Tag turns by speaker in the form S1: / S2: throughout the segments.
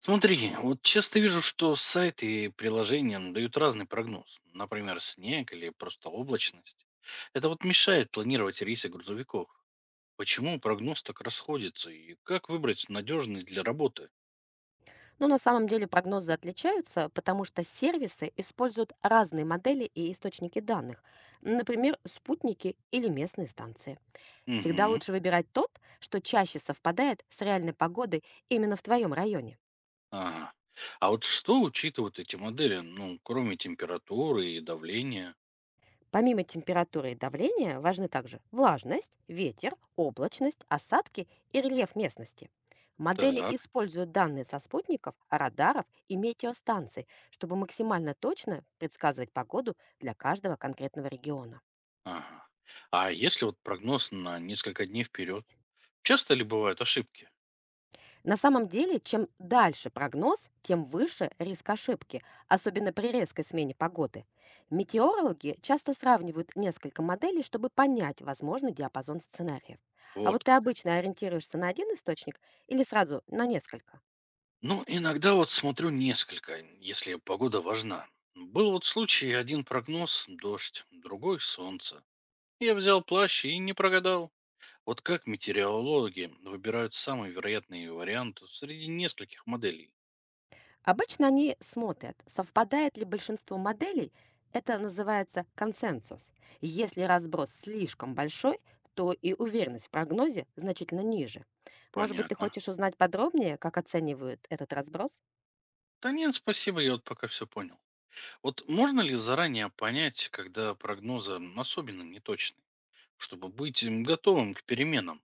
S1: Смотри, вот часто вижу, что сайты и приложения дают разный прогноз. Например, снег или просто облачность. Это вот мешает планировать рейсы грузовиков. Почему прогноз так расходится и как выбрать надежный для работы?
S2: Но на самом деле прогнозы отличаются, потому что сервисы используют разные модели и источники данных, например, спутники или местные станции. Всегда
S1: Угу.
S2: лучше выбирать тот, что чаще совпадает с реальной погодой именно в твоем районе.
S1: Ага. А вот что учитывают эти модели, ну, кроме температуры и давления?
S2: Помимо температуры и давления важны также влажность, ветер, облачность, осадки и рельеф местности. Модели
S1: Так.
S2: используют данные со спутников, радаров и метеостанций, чтобы максимально точно предсказывать погоду для каждого конкретного региона.
S1: Ага. А если вот прогноз на несколько дней вперед? Часто ли бывают ошибки?
S2: На самом деле, чем дальше прогноз, тем выше риск ошибки, особенно при резкой смене погоды. Метеорологи часто сравнивают несколько моделей, чтобы понять возможный диапазон сценариев. А
S1: Вот
S2: вот ты
S1: как.
S2: обычно ориентируешься на один источник или сразу на несколько?
S1: Ну, иногда вот смотрю несколько, если погода важна. Был вот случай, один прогноз – дождь, другой – солнце. Я взял плащ и не прогадал. Вот как метеорологи выбирают самый вероятный вариант среди нескольких моделей?
S2: Обычно они смотрят, совпадает ли большинство моделей, это называется консенсус. Если разброс слишком большой, то и уверенность в прогнозе значительно ниже. Может быть, ты
S1: Понятно.
S2: хочешь узнать подробнее, как оценивают этот разброс?
S1: Да нет, спасибо, я вот пока все понял. Вот можно ли заранее понять, когда прогнозы особенно неточны, чтобы быть готовым к переменам?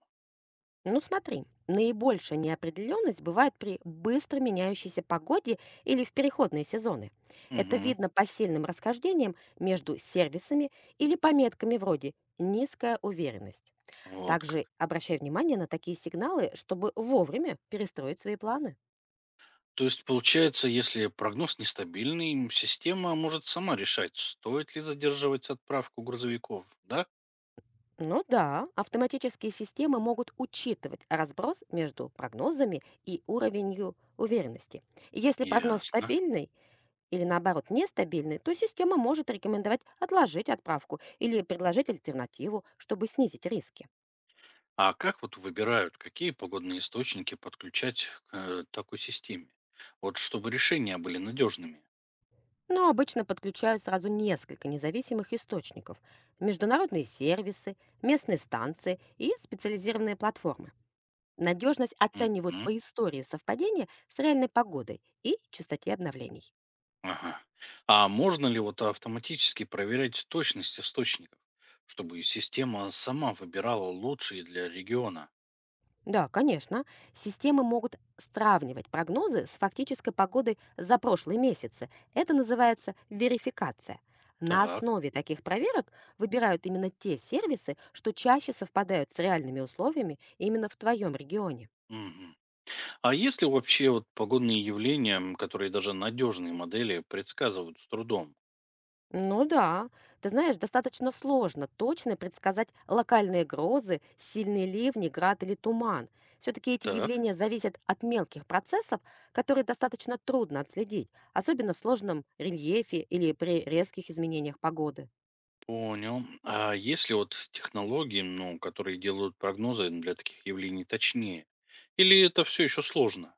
S2: Ну смотри, наибольшая неопределенность бывает при быстро меняющейся погоде или в переходные сезоны. Это
S1: Угу,
S2: видно по сильным расхождениям между сервисами или пометками вроде «низкая уверенность».
S1: вот как.
S2: Также обращай внимание на такие сигналы, чтобы вовремя перестроить свои планы.
S1: То есть получается, если прогноз нестабильный, система может сама решать, стоит ли задерживать отправку грузовиков, да?
S2: Ну да, автоматические системы могут учитывать разброс между прогнозами и уровенью уверенности. И если прогноз
S1: Ясно.
S2: стабильный или наоборот нестабильный, то система может рекомендовать отложить отправку или предложить альтернативу, чтобы снизить риски.
S1: А как вот выбирают, какие погодные источники подключать к такой системе? Вот чтобы решения были надежными.
S2: Но обычно подключают сразу несколько независимых источников – международные сервисы, местные станции и специализированные платформы. Надежность оценивают
S1: Мгм.
S2: по истории совпадения с реальной погодой и частоте обновлений.
S1: Ага. А можно ли вот автоматически проверять точность источников, чтобы система сама выбирала лучшие для региона?
S2: Да, конечно, системы могут сравнивать прогнозы с фактической погодой за прошлые месяцы. Это называется верификация. На
S1: Так.
S2: основе таких проверок выбирают именно те сервисы, что чаще совпадают с реальными условиями именно в твоем регионе.
S1: Мгм. А есть ли вообще вот погодные явления, которые даже надежные модели предсказывают с трудом?
S2: Ну да, ты знаешь, достаточно сложно точно предсказать локальные грозы, сильные ливни, град или туман. Все-таки эти
S1: Так,
S2: явления зависят от мелких процессов, которые достаточно трудно отследить, особенно в сложном рельефе или при резких изменениях погоды.
S1: понял. А есть ли вот технологии, ну, которые делают прогнозы для таких явлений точнее? Или это все еще сложно?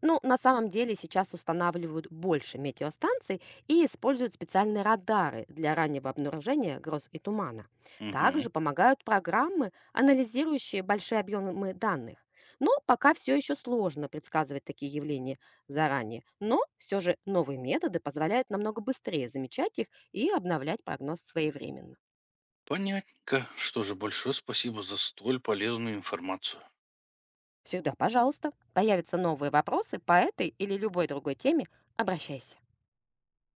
S2: Ну, на самом деле сейчас устанавливают больше метеостанций и используют специальные радары для раннего обнаружения гроз и тумана.
S1: Угу.
S2: Также помогают программы, анализирующие большие объемы данных. Но пока все еще сложно предсказывать такие явления заранее. Но все же новые методы позволяют намного быстрее замечать их и обновлять прогноз своевременно.
S1: Понятненько. Что же, большое спасибо за столь полезную информацию.
S2: Всегда, пожалуйста, появятся новые вопросы по этой или любой другой теме, обращайся.